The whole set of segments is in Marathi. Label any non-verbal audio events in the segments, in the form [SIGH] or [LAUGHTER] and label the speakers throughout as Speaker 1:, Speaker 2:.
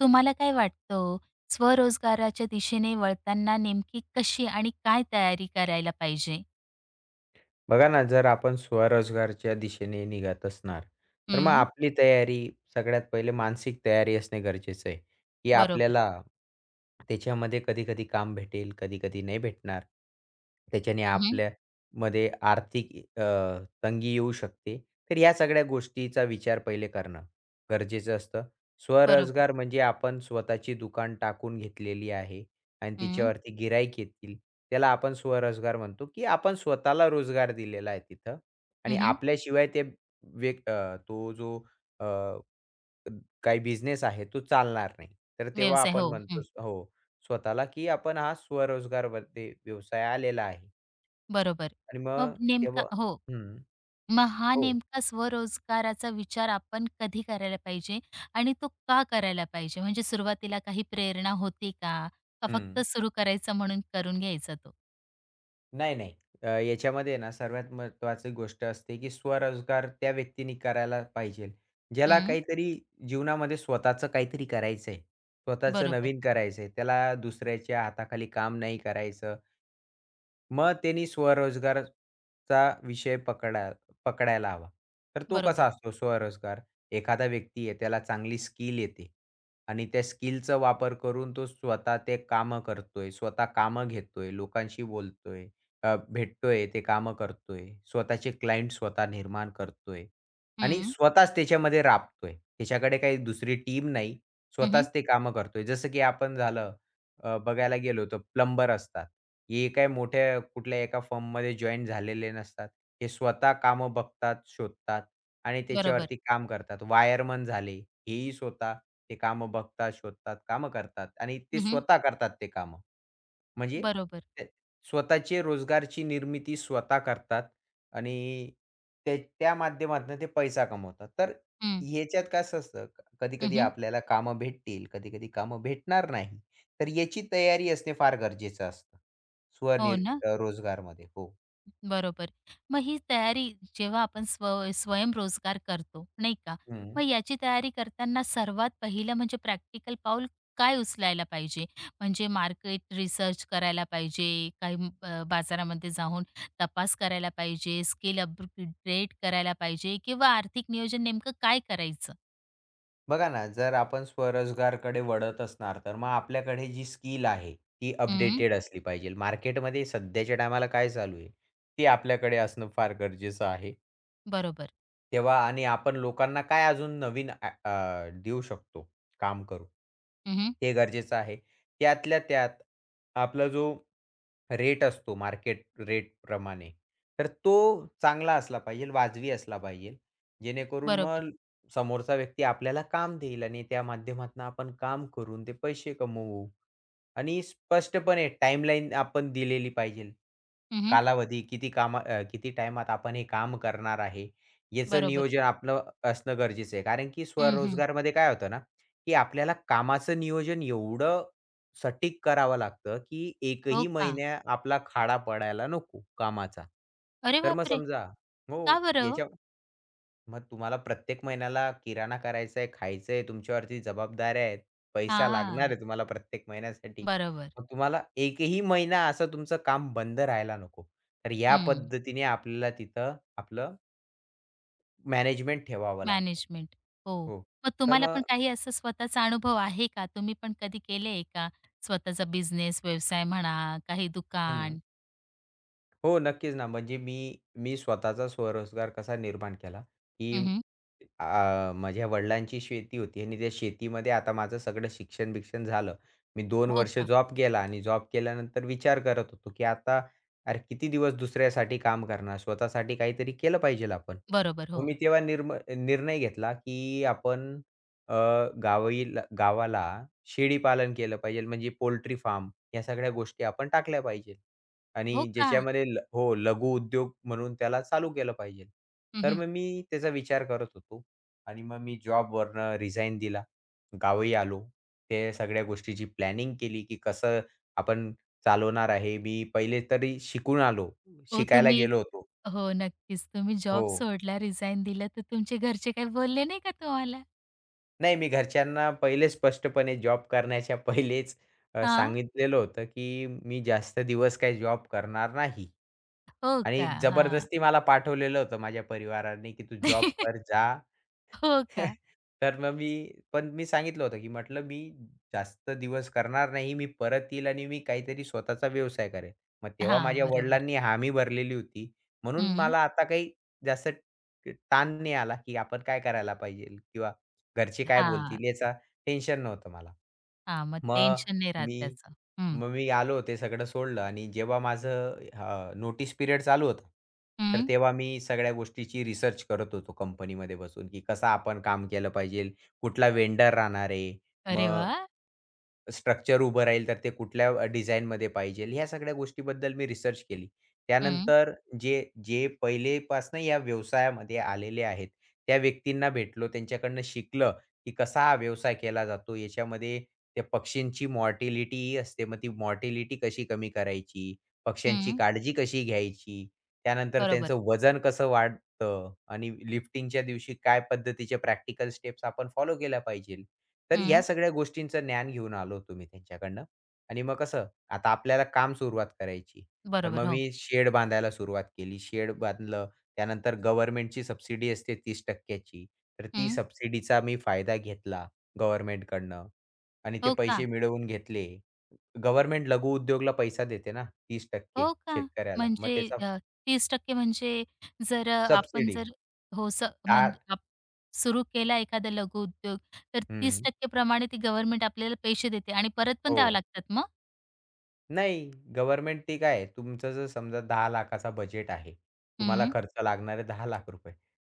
Speaker 1: तुम्हाला काय वाटतं हो, स्वरोजगाराच्या दिशेने वळताना नेमकी कशी आणि काय तयारी करायला पाहिजे?
Speaker 2: बघा ना, जर आपण स्वरोजगारच्या दिशेने निघत असणार, तर मग
Speaker 1: हं,
Speaker 2: आपली तयारी सगळ्यात पहिले मानसिक तयारी असणे गरजेचं आहे, की
Speaker 1: बरोबर.
Speaker 2: आपल्याला त्याच्यामध्ये कधी-कधी काम भेटेल, कधी-कधी नाही भेटणार. त्याच्याने
Speaker 1: हं,
Speaker 2: आपल्यामध्ये आर्थिक तंगी येऊ शकते. तर या सगळ्या गोष्टीचा विचार पहिले करणं गरजेचं असतं.
Speaker 1: बरोबर.
Speaker 2: स्वरोजगार म्हणजे आपण स्वतःची दुकान टाकून घेतलेली आहे. आणि
Speaker 1: हं,
Speaker 2: तिच्यावरती गिराईक येतील. त्याला आपण स्वरोजगार म्हणतो, की आपण स्वतःला रोजगार दिलेला आहे तिथं आणि
Speaker 1: हं,
Speaker 2: आपल्याशिवाय ते तो जो अ, काही बिझनेस आहे तो चालणार नाही. तर तेव्हा
Speaker 1: व्यवसाय
Speaker 2: आपण
Speaker 1: हो, हं,
Speaker 2: म्हणतो हो, स्वतःला, की आपण हा स्वरोजगारवरती व्यवसाय आलेला आहे
Speaker 1: बरोबर.
Speaker 2: आणि
Speaker 1: मग
Speaker 2: मग
Speaker 1: नेमका
Speaker 2: तेव्हा
Speaker 1: हो.
Speaker 2: हं.
Speaker 1: मग हा
Speaker 2: हो.
Speaker 1: नेमका स्वरोजगाराचा विचार आपण कधी करायला पाहिजे आणि तो का करायला पाहिजे? म्हणजे सुरुवातीला काही प्रेरणा होती का? का फक्त
Speaker 2: हं.
Speaker 1: सुरू करायचं म्हणून करून घ्यायचा तो?
Speaker 2: नाही, नाही. याच्यामध्ये ना सर्वात महत्त्वाची गोष्ट असते, की स्वरोजगार त्या व्यक्तीने करायला पाहिजे. ज्याला
Speaker 1: हं,
Speaker 2: काहीतरी जीवनामध्ये स्वतःचं काहीतरी करायचंय, स्वतःचं
Speaker 1: बरोबर,
Speaker 2: नवीन करायचंय, त्याला दुसऱ्याच्या हाताखाली काम नाही करायचं. मग त्यांनी स्वरोजगारचा विषय पकडायला हवा. तर तो
Speaker 1: बरोबर.
Speaker 2: कसा असतो स्वरोजगार? एखादा व्यक्ती आहे त्याला चांगली स्किल येते आणि त्या स्किलचा वापर करून तो स्वतः ते कामं करतोय, स्वतः कामं घेतोय, लोकांशी बोलतोय, भेटतोय, ते कामं करतोय, स्वतःचे क्लायंट स्वतः निर्माण करतोय आणि
Speaker 1: हं,
Speaker 2: स्वतःच त्याच्यामध्ये राबतोय. त्याच्याकडे काही दुसरी टीम नाही.
Speaker 1: हं,
Speaker 2: स्वतःच ते कामं करतोय. जसं की आपण बघायला गेलो तर प्लंबर असतात. हे काही मोठ्या कुठल्या एका फर्ममध्ये जॉइन झालेले नसतात. हे स्वतः कामं बघतात, शोधतात आणि
Speaker 1: बरोबर.
Speaker 2: त्याच्यावरती काम करतात. वायरमन झाले, हेही स्वतः ते कामं बघतात, शोधतात, कामं करतात आणि ते
Speaker 1: हं,
Speaker 2: स्वतः करतात ते कामं. म्हणजे
Speaker 1: बरोबर.
Speaker 2: ते स्वतःचे रोजगारची निर्मिती स्वतः करतात आणि ते त्या माध्यमातून ते पैसा कमवतात. तर ह्याच्यात कसं असतं, कधी-कधी
Speaker 1: हं,
Speaker 2: आपल्याला कामं भेटतील, कधी-कधी कामं भेटणार नाही. तर याची तयारी असणे फार गरजेचं असतं.
Speaker 1: हो
Speaker 2: स्वनिर
Speaker 1: ना,
Speaker 2: रोजगारमध्ये. हो.
Speaker 1: बरोबर. मग ही तयारी जेव्हा आपण स्वयंरोजगार करतो, नाही का?
Speaker 2: हं.
Speaker 1: मग याची तयारी करताना सर्वात पहिलं म्हणजे प्रॅक्टिकल पाऊल काय उचलायला पाहिजे? म्हणजे मार्केट रिसर्च करायला पाहिजे, बाजारामध्ये जाऊन तपास करायला पाहिजे, स्किल अपग्रेड करायला पाहिजे किंवा आर्थिक नियोजन नेमकं काय करायचं?
Speaker 2: बघा ना, जर आपण स्वरोजगारकडे वळत असणार, तर मग आपल्याकडे जी स्किल आहे, ती
Speaker 1: हं,
Speaker 2: अपडेटेड असली पाहिजे. मार्केटमध्ये सध्याच्या टायमाला काय चालू आहे, ते आपल्याकडे असणं फार गरजेचं आहे.
Speaker 1: बरोबर.
Speaker 2: तेव्हा आणि आपण लोकांना काय अजून नवीन अ, अ, देऊ शकतो काम करू
Speaker 1: हं,
Speaker 2: ते गरजेचं आहे. त्यातल्या त्यात आपला जो रेट असतो मार्केट रेटप्रमाणे, तर तो चांगला असला पाहिजेल, वाजवी असला पाहिजेल. जेणेकरून
Speaker 1: बरोबर.
Speaker 2: मग समोरचा व्यक्ती आपल्याला काम देईल आणि त्या माध्यमातून आपण काम करून ते पैसे कमवू. आणि स्पष्टपणे टाईमलाईन आपण दिलेली पाहिजेल.
Speaker 1: हं,
Speaker 2: कालावधी किती टाईमात आपण हे काम करणार आहे. याचं
Speaker 1: बरोबर.
Speaker 2: नियोजन आपलं असणं गरजेचं आहे. कारण की
Speaker 1: हं,
Speaker 2: स्वरोजगारमध्ये काय होतं ना, की आपल्याला कामाचं नियोजन एवढं सटीक करावं लागतं, की
Speaker 1: हो
Speaker 2: एकही
Speaker 1: का?
Speaker 2: महिना आपला खाडा पडायला नको कामाचा.
Speaker 1: अरे
Speaker 2: तर मग
Speaker 1: बापरे!
Speaker 2: समजा हो,
Speaker 1: का बरं ओ?
Speaker 2: मग तुम्हाला प्रत्येक महिन्याला किराणा करायचा आहे, खायचं आहे, तुमच्यावरती जबाबदाऱ्या आहेत, पैसा लागणार आहे तुम्हाला प्रत्येक महिन्यासाठी.
Speaker 1: बरोबर.
Speaker 2: मग तुम्हाला एकही महिना असं तुमचं काम बंद राहायला नको. तर या
Speaker 1: हं.
Speaker 2: पद्धतीने आपल्याला तिथं आपलं मॅनेजमेंट ठेवावं लागतं.
Speaker 1: मॅनेजमेंट. हो.
Speaker 2: हो.
Speaker 1: मग
Speaker 2: तर
Speaker 1: तुम्हाला
Speaker 2: मग
Speaker 1: पण काही असं स्वतःचा अनुभव आहे का? तुम्ही पण कधी केलंय का? स्वतःचा बिझनेस, व्यवसाय म्हणा, काही
Speaker 2: हं.
Speaker 1: दुकान?
Speaker 2: हो, नक्कीच ना. म्हणजे मी मी स्वतःचा स्वरोजगार कसा निर्माण केला, की
Speaker 1: हं,
Speaker 2: माझ्या वडिलांची शेती होती आणि त्या शेतीमध्ये आता माझं सगळं शिक्षण-बिक्षण झालं. मी 2
Speaker 1: हो
Speaker 2: वर्ष
Speaker 1: का?
Speaker 2: जॉब केला आणि जॉब केल्यानंतर विचार करत होतो, की आता अरे किती दिवस दुसऱ्यासाठी काम करणार? स्वतःसाठी काहीतरी केलं पाहिजेल आपण.
Speaker 1: बरोबर.
Speaker 2: मग
Speaker 1: हो.
Speaker 2: मी तेव्हा निर्णय घेतला, की आपण अ, गावाला शेळी पालन केलं पाहिजेल म्हणजे पोल्ट्री फार्म या सगळ्या गोष्टी आपण टाकल्या पाहिजेल.
Speaker 1: हो
Speaker 2: आणि
Speaker 1: का?
Speaker 2: ज्याच्यामध्ये हो, लघु उद्योग म्हणून त्याला चालू केलं पाहिजे. तर
Speaker 1: हं,
Speaker 2: मग मी त्याचा विचार करत होतो आणि मग मी जॉबवरनं रिझाइन दिला. गावी आलो. ते सगळ्या गोष्टीची प्लॅनिंग केली, की कसं आपण चालवणार आहे. मी पहिले तरी शिकून आलो.
Speaker 1: हो
Speaker 2: शिकायला
Speaker 1: तुम्ही
Speaker 2: गेलो होतो.
Speaker 1: हो, नक्कीच. तुम्ही
Speaker 2: हो.
Speaker 1: जॉब सोडला, रिझाइन दिलं, तर तुमचे घरचे काही बोलले नाही का तुम्हाला?
Speaker 2: नाही, मी घरच्यांना पहिले स्पष्टपणे जॉब करण्याच्या [LAUGHS] पहिलेच
Speaker 1: हां.
Speaker 2: सांगितलेलं होतं, की मी जास्त दिवस काही जॉब करणार नाही.
Speaker 1: हो
Speaker 2: आणि
Speaker 1: का? हां.
Speaker 2: जबरदस्ती मला पाठवलेलं होतं माझ्या परिवाराने, की "तू जॉब कर,
Speaker 1: [LAUGHS]
Speaker 2: जा."
Speaker 1: हो का?
Speaker 2: [LAUGHS] तर मग मी पण मी सांगितलं होतं, की म्हटलं, "मी जास्त दिवस करणार नाही. मी परत येईल आणि मी काहीतरी स्वतःचा व्यवसाय करेल." मग तेव्हा
Speaker 1: हां,
Speaker 2: माझ्या
Speaker 1: बरोबर.
Speaker 2: वडिलांनी हामी भरलेली होती. म्हणून
Speaker 1: हं.
Speaker 2: मला आता काही जास्त ताण नाही आला, की आपण काय करायला पाहिजे किंवा घरचे काय
Speaker 1: हां.
Speaker 2: बोलतील याचा टेन्शन नव्हतं मला.
Speaker 1: हां. मग
Speaker 2: मग
Speaker 1: टेन्शन नाही राहत
Speaker 2: मी
Speaker 1: त्याचं. हं.
Speaker 2: मग मी आलो, ते सगळं सोडलं आणि जेव्हा माझं नोटीस पिरियड चालू होता, तर
Speaker 1: हं.
Speaker 2: तेव्हा मी सगळ्या गोष्टीची रिसर्च करत होतो कंपनीमध्ये बसून, की कसं आपण काम केलं पाहिजे, कुठला वेंडर राहणार आहे,
Speaker 1: अरे
Speaker 2: मग
Speaker 1: वाह!
Speaker 2: स्ट्रक्चर उभं राहील, तर ते कुठल्या डिझाइनमध्ये पाहिजेल, ह्या सगळ्या गोष्टीबद्दल मी रिसर्च केली.
Speaker 1: हं.
Speaker 2: त्यानंतर जे जे पहिलेपासनं या व्यवसायामध्ये आलेले आहेत, त्या व्यक्तींना भेटलो, त्यांच्याकडनं शिकलं, की कसा हा व्यवसाय केला जातो. याच्यामध्ये त्या पक्षींची मॉर्टिलिटी असते, मग ती मॉर्टिलिटी कशी कमी करायची, पक्ष्यांची
Speaker 1: हं,
Speaker 2: काळजी कशी घ्यायची, त्यानंतर
Speaker 1: बरोबर.
Speaker 2: त्यांचं वजन कसं वाढतं आणि लिफ्टिंगच्या दिवशी काय पद्धतीचे प्रॅक्टिकल स्टेप्स आपण फॉलो केल्या पाहिजेत. तर या
Speaker 1: हं,
Speaker 2: सगळ्या गोष्टींचं ज्ञान घेऊन आलो होतो मी त्यांच्याकडनं आणि मग कसं, आता आपल्याला काम सुरुवात करायची. तर
Speaker 1: बरोबर.
Speaker 2: मग
Speaker 1: हो.
Speaker 2: मी शेड बांधायला सुरुवात केली. शेड बांधलं. त्यानंतर गव्हर्नमेंटची सबसिडी असते 30% ची तर ती
Speaker 1: हं.
Speaker 2: सबसिडीचा मी फायदा घेतला गव्हर्नमेंटकडनं आणि ते
Speaker 1: हो का?
Speaker 2: पैसे मिळवून घेतले. गव्हर्नमेंट लघु उद्योगला पैसा देते ना 30%
Speaker 1: हो का?
Speaker 2: शेतकऱ्याला. मग
Speaker 1: म्हणजे
Speaker 2: त्याचा
Speaker 1: अ, 30% म्हणजे जर आपण
Speaker 2: सबसिडी
Speaker 1: जर हो, स
Speaker 2: 4
Speaker 1: म्हणजे आप सुरू केला एखादा लघुउद्योग, तर
Speaker 2: हं.
Speaker 1: 30% प्रमाणे ती गव्हर्नमेंट आपल्याला पैसे देते आणि परत पण
Speaker 2: हो.
Speaker 1: द्यावे लागतात मग?
Speaker 2: नाही, गव्हर्नमेंट ते काय आहे, तुमचं जर समजा 10,00,000चा बजेट आहे. तुम्हाला
Speaker 1: हं,
Speaker 2: खर्च लागणार आहे ₹10,00,000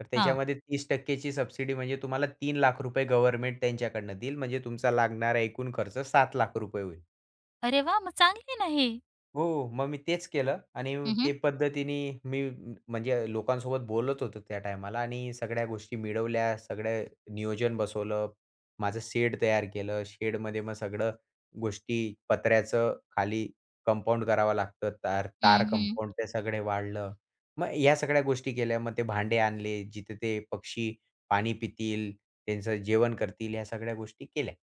Speaker 2: तर
Speaker 1: हां.
Speaker 2: त्याच्यामध्ये 30% ची सबसिडी म्हणजे तुम्हाला ₹3,00,000 गव्हर्नमेंट त्यांच्याकडनं देईल. म्हणजे तुमचा लागणारा एकूण खर्च ₹7,00,000 होईल.
Speaker 1: अरे वाह! मग चांगली आहे ना हे.
Speaker 2: हो, मग मी तेच केलं आणि
Speaker 1: हं, हं.
Speaker 2: ते पद्धतीने मी म्हणजे लोकांसोबत बोलत होतो त्या टायमाला आणि सगळ्या गोष्टी मिळवल्या, सगळं नियोजन बसवलं. माझं शेड तयार केलं. शेडमध्ये मग सगळं गोष्टी पत्र्याचं खाली कंपाउंड करावं लागतं. तार तार
Speaker 1: हं, हं.
Speaker 2: कंपाउंड ते सगळे वाढलं. मग या सगळ्या गोष्टी केल्या. मग ते भांडे आणले, जिथे ते पक्षी पाणी पितील, त्यांचं जेवण करतील, ह्या सगळ्या गोष्टी केल्या.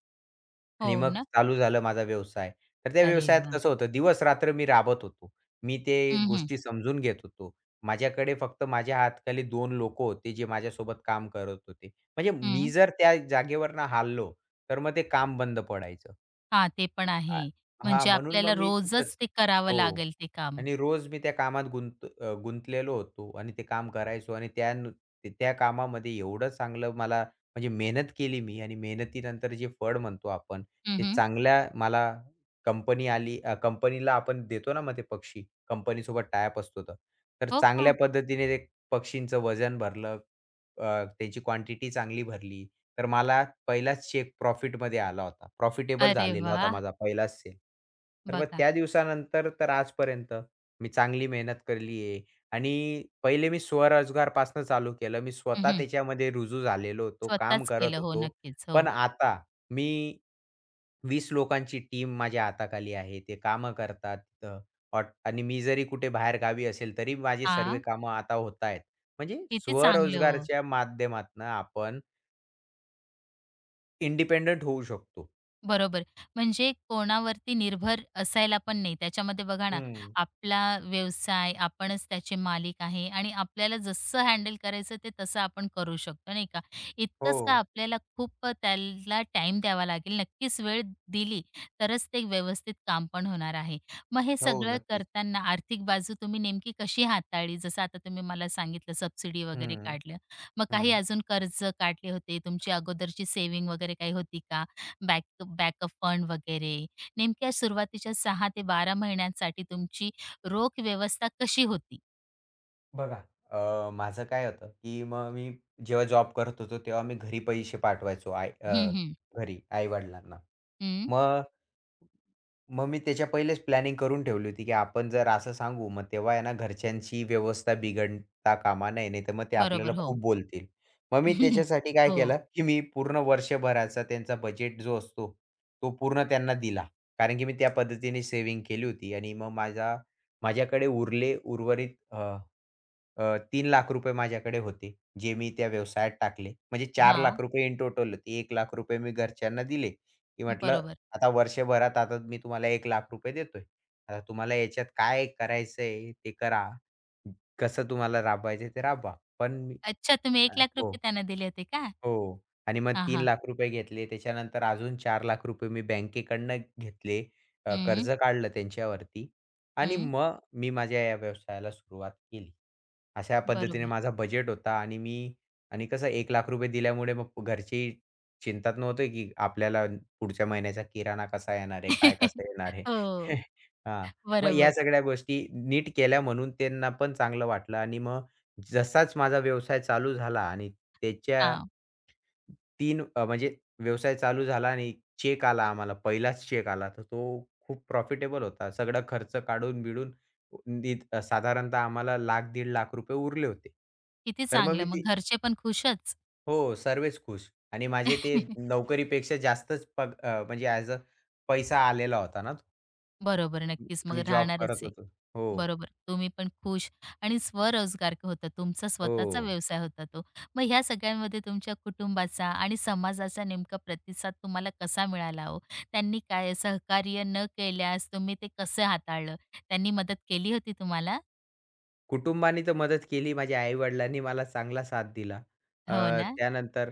Speaker 1: हो
Speaker 2: आणि मग
Speaker 1: ना.
Speaker 2: चालू झालं माझा व्यवसाय. तर त्या
Speaker 1: अरे
Speaker 2: व्यवसायात
Speaker 1: वाह!
Speaker 2: कसं होतं दिवस-रात्र मी राबत होतो. मी ते
Speaker 1: हं, हं.
Speaker 2: गोष्टी समजून घेत होतो. माझ्याकडे फक्त माझ्या हाताखाली दोन लोकं होते जे माझ्यासोबत काम करत होते. म्हणजे मी
Speaker 1: हं.
Speaker 2: जर त्या जागेवरनं हललो, तर मग ते काम बंद पडायचं.
Speaker 1: हां, ते पण
Speaker 2: आ
Speaker 1: आहे.
Speaker 2: हां,
Speaker 1: म्हणजे
Speaker 2: म्हणून
Speaker 1: आपल्याला
Speaker 2: मग मी
Speaker 1: रोजच
Speaker 2: तिथंच
Speaker 1: ते करावं
Speaker 2: हो.
Speaker 1: लागेल ते काम.
Speaker 2: आणि रोज मी त्या कामात गुंतलेलो होतो आणि ते काम करायचो आणि त्या कामामध्ये एवढं चांगलं मला म्हणजे मेहनत केली मी आणि मेहनतीनंतर जे फळ म्हणतो आपण,
Speaker 1: हं,
Speaker 2: ते
Speaker 1: हं.
Speaker 2: चांगल्या मला कंपनीला आपण देतो ना मग ते पक्षी, कंपनीसोबत टायअप असतो तर. तर
Speaker 1: हो का?
Speaker 2: चांगल्या पद्धतीने ते पक्षींचं वजन भरलं, त्याची क्वांटिटी चांगली भरली. तर मला पहिलाच चेक प्रॉफिटमध्ये आला होता. प्रॉफिटेबल
Speaker 1: अरे
Speaker 2: झालेला होता
Speaker 1: वाह!
Speaker 2: माझा पहिलाच सेल. तर मग
Speaker 1: बघा.
Speaker 2: त्या दिवसानंतर तर आजपर्यंत मी चांगली मेहनत केली आहे आणि पहिले मी स्वरोजगारपासून चालू केलं. मी
Speaker 1: हं,
Speaker 2: स्वतः
Speaker 1: हं.
Speaker 2: त्याच्यामध्ये रुजू झालेलो होतो, काम
Speaker 1: स्वतःच
Speaker 2: करत
Speaker 1: केलं. हो,
Speaker 2: होतो.
Speaker 1: नक्कीच. हो.
Speaker 2: पण आता मी 20 लोकांची टीम माझ्या हाताखाली आहे. ते कामं करतात तिथं आणि मी जरी कुठे बाहेर गावी असेल, तरी माझे सर्व
Speaker 1: हां.
Speaker 2: कामं आता होत आहेत. म्हणजे
Speaker 1: किती चांगलं हो.
Speaker 2: स्वरोजगारच्या माध्यमातनं आपण इंडिपेंडंट होऊ शकतो.
Speaker 1: बरोबर. म्हणजे कोणावरती निर्भर असायला पण नाही. त्याच्यामध्ये बघा ना,
Speaker 2: हं.
Speaker 1: आपला व्यवसाय, आपणच त्याचे मालिक आहे आणि आपल्याला जसं हँडल करायचं ते तसं आपण करू शकतो, नाही का?
Speaker 2: हो.
Speaker 1: इतकंच का आपल्याला खूप त्याला टाईम द्यावा लागेल. नक्कीच वेळ दिली तरच ते व्यवस्थित काम पण होणार आहे. मग हे
Speaker 2: हो.
Speaker 1: सगळं
Speaker 2: नक्कीच.
Speaker 1: करताना आर्थिक बाजू तुम्ही नेमकी कशी हाताळली? जसं आता तुम्ही मला सांगितलं सबसिडी वगैरे
Speaker 2: हं,
Speaker 1: काढलं. मग काही
Speaker 2: हं.
Speaker 1: अजून कर्ज काढले होते, तुमची अगोदरची सेव्हिंग वगैरे काही होती का? बॅकअप फंड वगैरे. नेमक्या सुरुवातीच्या सहा ते 12 महिन्यांसाठी तुमची रोख व्यवस्था कशी होती?
Speaker 2: बघा, माझं काय होतं, की मग मी जेव्हा जॉब करत होतो, तेव्हा मी घरी पैसे पाठवायचो
Speaker 1: हं, हं.
Speaker 2: घरी आई-वडिलांना.
Speaker 1: हं.
Speaker 2: मग मग मी त्याच्या पहिलेच प्लॅनिंग करून ठेवली होती, की आपण जर असं सांगू, मग तेव्हा आहे ना घरच्यांची व्यवस्था बिघडता कामा नये, नाहीतर मग ते आपल्याला
Speaker 1: बरोबर. हो.
Speaker 2: खूप बोलतील. मग मी
Speaker 1: [LAUGHS]
Speaker 2: त्याच्यासाठी काय
Speaker 1: हो.
Speaker 2: केलं, की मी पूर्ण वर्षभराचा त्यांचा बजेट जो असतो, तो पूर्ण त्यांना दिला. कारण की मी त्या पद्धतीने सेव्हिंग केली होती आणि मग माझ्याकडे उरले उर्वरित अ, अ, ₹3,00,000 माझ्याकडे होते, जे मी त्या व्यवसायात टाकले. म्हणजे
Speaker 1: हां.
Speaker 2: ₹4,00,000 इन टोटल होते. ₹1,00,000 मी घरच्यांना दिले, की म्हटलं
Speaker 1: बरोबर.
Speaker 2: आता वर्षभरात आता मी तुम्हाला ₹1,00,000 देतोय. आता तुम्हाला याच्यात काय करायचंय ते करा. कसं तुम्हाला राबवायचंय ते राबवा. पण मी
Speaker 1: अच्छा तुम्ही
Speaker 2: अ, हो,
Speaker 1: ₹1,00,000 त्यांना दिले होते का?
Speaker 2: हो. आणि मग
Speaker 1: हां, हां.
Speaker 2: ₹3,00,000 घेतले. त्याच्यानंतर अजून ₹4,00,000 मी बँकेकडनं घेतले.
Speaker 1: हं,
Speaker 2: कर्ज काढलं त्यांच्यावरती आणि
Speaker 1: हं.
Speaker 2: मग मी माझ्या या व्यवसायाला सुरुवात केली. अशा पद्धतीने
Speaker 1: बरोबर.
Speaker 2: माझा बजेट होता आणि मी आणि कसं ₹1,00,000 दिल्यामुळे मग घरची चिंतात नव्हते, की आपल्याला पुढच्या महिन्याचा किराणा कसा येणार आहे? काय कसं
Speaker 1: [LAUGHS]
Speaker 2: येणार आहे?
Speaker 1: हो.
Speaker 2: [LAUGHS] हां. मग या
Speaker 1: बरोबर.
Speaker 2: सगळ्या गोष्टी नीट केल्या म्हणून त्यांना पण चांगलं वाटलं आणि मग जसाच माझा व्यवसाय चालू झाला आणि त्याच्या
Speaker 1: हां.
Speaker 2: 3 म्हणजे व्यवसाय चालू झाला आणि चेक आला आम्हाला पहिलाच चेक आला, तर तो खूप प्रॉफिटेबल होता. सगळा खर्च काढून-बिढून साधारणतः आम्हाला ₹1,00,000-1,50,000 रुपये उरले होते.
Speaker 1: किती
Speaker 2: तर मग
Speaker 1: चांगलं
Speaker 2: मी
Speaker 1: मग
Speaker 2: ती
Speaker 1: घरचे पण खुशच.
Speaker 2: हो, सर्वच खुश आणि माझे ते
Speaker 1: [LAUGHS]
Speaker 2: नोकरीपेक्षा जास्तच म्हणजे ॲज अ पैसा आलेला होता ना, तो
Speaker 1: बरोबर. नक्कीच मग
Speaker 2: मी जॉब
Speaker 1: राहणारच
Speaker 2: करत होतो. हो,
Speaker 1: बरोबर. तुम्ही पण खुश आणि स्वरोजगार होता तुमचा स्वतःचा
Speaker 2: हो.
Speaker 1: व्यवसाय होता तो. मग ह्या सगळ्यांमध्ये तुमच्या कुटुंबाचा आणि समाजाचा नेमका प्रतिसाद तुम्हाला कसा मिळाला हो? त्यांनी काय सहकार्य न केल्यास तुम्ही ते कसं हाताळलं? त्यांनी मदत केली होती तुम्हाला?
Speaker 2: कुटुंबाने तर मदत केली. माझ्या आई-वडिलांनी मला चांगला साथ दिला. अ,
Speaker 1: हो ना?
Speaker 2: त्यानंतर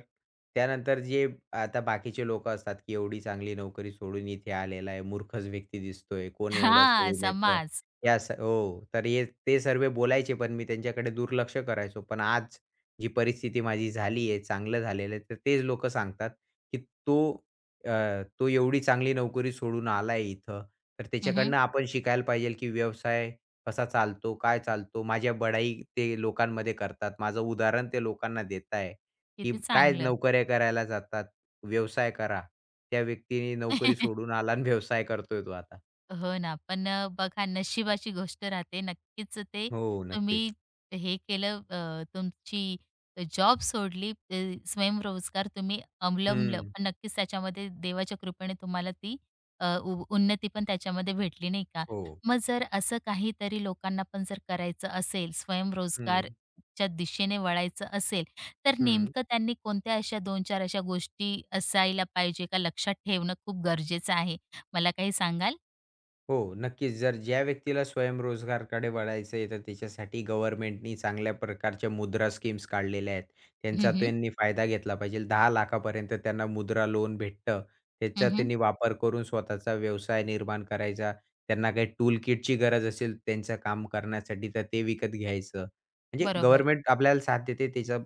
Speaker 2: त्यानंतर जे आता बाकीचे लोकं असतात, की एवढी चांगली नोकरी सोडून इथे आलेला आहे, मूर्खच व्यक्ती दिसतोय, कोण एवढं
Speaker 1: हां,
Speaker 2: सोडून येतं?
Speaker 1: समाज.
Speaker 2: या स हो, तर हे ते सर्व बोलायचे, पण मी त्यांच्याकडे दुर्लक्ष करायचो. पण आज जी परिस्थिती माझी झाली आहे, चांगलं झालेलं आहे, तर तेच लोकं सांगतात, की "तो अ, तो एवढी चांगली नोकरी सोडून आला आहे इथं, तर
Speaker 1: हं,
Speaker 2: त्याच्याकडनं आपण शिकायला पाहिजे, की व्यवसाय कसा चालतो, काय चालतो? माझ्या बढाई ते लोकांमध्ये करतात. माझं उदाहरण ते लोकांना देत आहे, की
Speaker 1: किती
Speaker 2: काय
Speaker 1: चांगलं.
Speaker 2: नोकऱ्या करायला जातात, व्यवसाय करा. त्या व्यक्तीने नोकरी
Speaker 1: [LAUGHS]
Speaker 2: सोडून आला आणि व्यवसाय करतोय तो आता.
Speaker 1: हो ना. बघा नशिबाची गोष्ट राहते. नक्कीच ते
Speaker 2: हो,
Speaker 1: तुम्ही
Speaker 2: नक्कीच.
Speaker 1: हे केलं. तुमची जॉब सोडली, स्वयंरोजगार तुम्ही अवलंबलं.
Speaker 2: हं.
Speaker 1: पण नक्कीच त्याच्यामध्ये देवाच्या कृपेने तुम्हाला ती अ, उ उन्नती पण त्याच्यामध्ये भेटली नाही का?
Speaker 2: हो.
Speaker 1: मग जर असं काहीतरी लोकांना पण जर करायचं असेल,
Speaker 2: हं,
Speaker 1: स्वयंरोजगारच्या दिशेने वळायचं असेल, तर
Speaker 2: हं.
Speaker 1: नेमकं त्यांनी कोणत्या अशा 2-4 अशा गोष्टी असायला पाहिजे का लक्षात ठेवणं खूप गरजेचं आहे? मला काही सांगाल?
Speaker 2: हो, नक्कीच. जर ज्या व्यक्तीला स्वयंरोजगारकडे वळायचं आहे, तर त्याच्यासाठी गव्हर्नमेंटनी चांगल्या प्रकारच्या मुद्रा स्कीम्स काढलेल्या आहेत.
Speaker 1: हं,
Speaker 2: त्यांचा
Speaker 1: हं.
Speaker 2: त्यांनी फायदा घेतला पाहिजे. 10 लाखापर्यंत त्यांना मुद्रा लोन भेटतं. त्याचा
Speaker 1: हं,
Speaker 2: त्यांनी वापर करून स्वतःचा व्यवसाय निर्माण करायचा. त्यांना काही टूल किटची गरज असेल त्यांचं काम करण्यासाठी, तर ते विकत घ्यायचं. म्हणजे
Speaker 1: बरोबर.
Speaker 2: गव्हर्नमेंट आपल्याला साथ देते त्याचा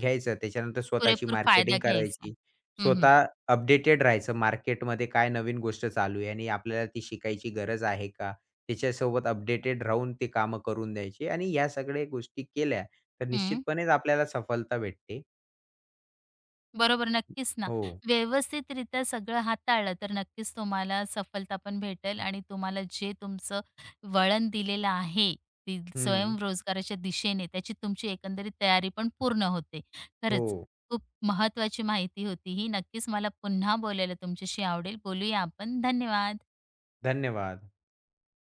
Speaker 2: घ्यायचं. त्याच्यानंतर स्वतःची
Speaker 1: पुरेपूर फायदा
Speaker 2: मार्केटिंग
Speaker 1: घ्यायचा.
Speaker 2: करायची.
Speaker 1: हं, हं.
Speaker 2: स्वतः अपडेटेड राहायचं मार्केटमध्ये काय नवीन गोष्ट चालू आहे आणि आपल्याला ती शिकायची गरज आहे का? त्याच्यासोबत अपडेटेड राहून ते कामं करून द्यायची आणि ह्या सगळ्या गोष्टी केल्या तर
Speaker 1: हं.
Speaker 2: निश्चितपणेच आपल्याला सफलता भेटते.
Speaker 1: बरोबर, नक्कीच ना.
Speaker 2: हो.
Speaker 1: व्यवस्थितरित्या सगळं हाताळलं तर नक्कीच तुम्हाला सफलता पण भेटेल आणि तुम्हाला जे तुमचं वळण दिलेलं आहे, ती
Speaker 2: हं.
Speaker 1: स्वयंरोजगाराच्या दिशेने त्याची तुमची एकंदरीत तयारी पण पूर्ण होते.
Speaker 2: हो.
Speaker 1: खरंच खूप महत्त्वाची माहिती होती ही. नक्कीच मला पुन्हा बोलायला तुमच्याशी आवडेल. बोलूया आपण. धन्यवाद.
Speaker 2: धन्यवाद.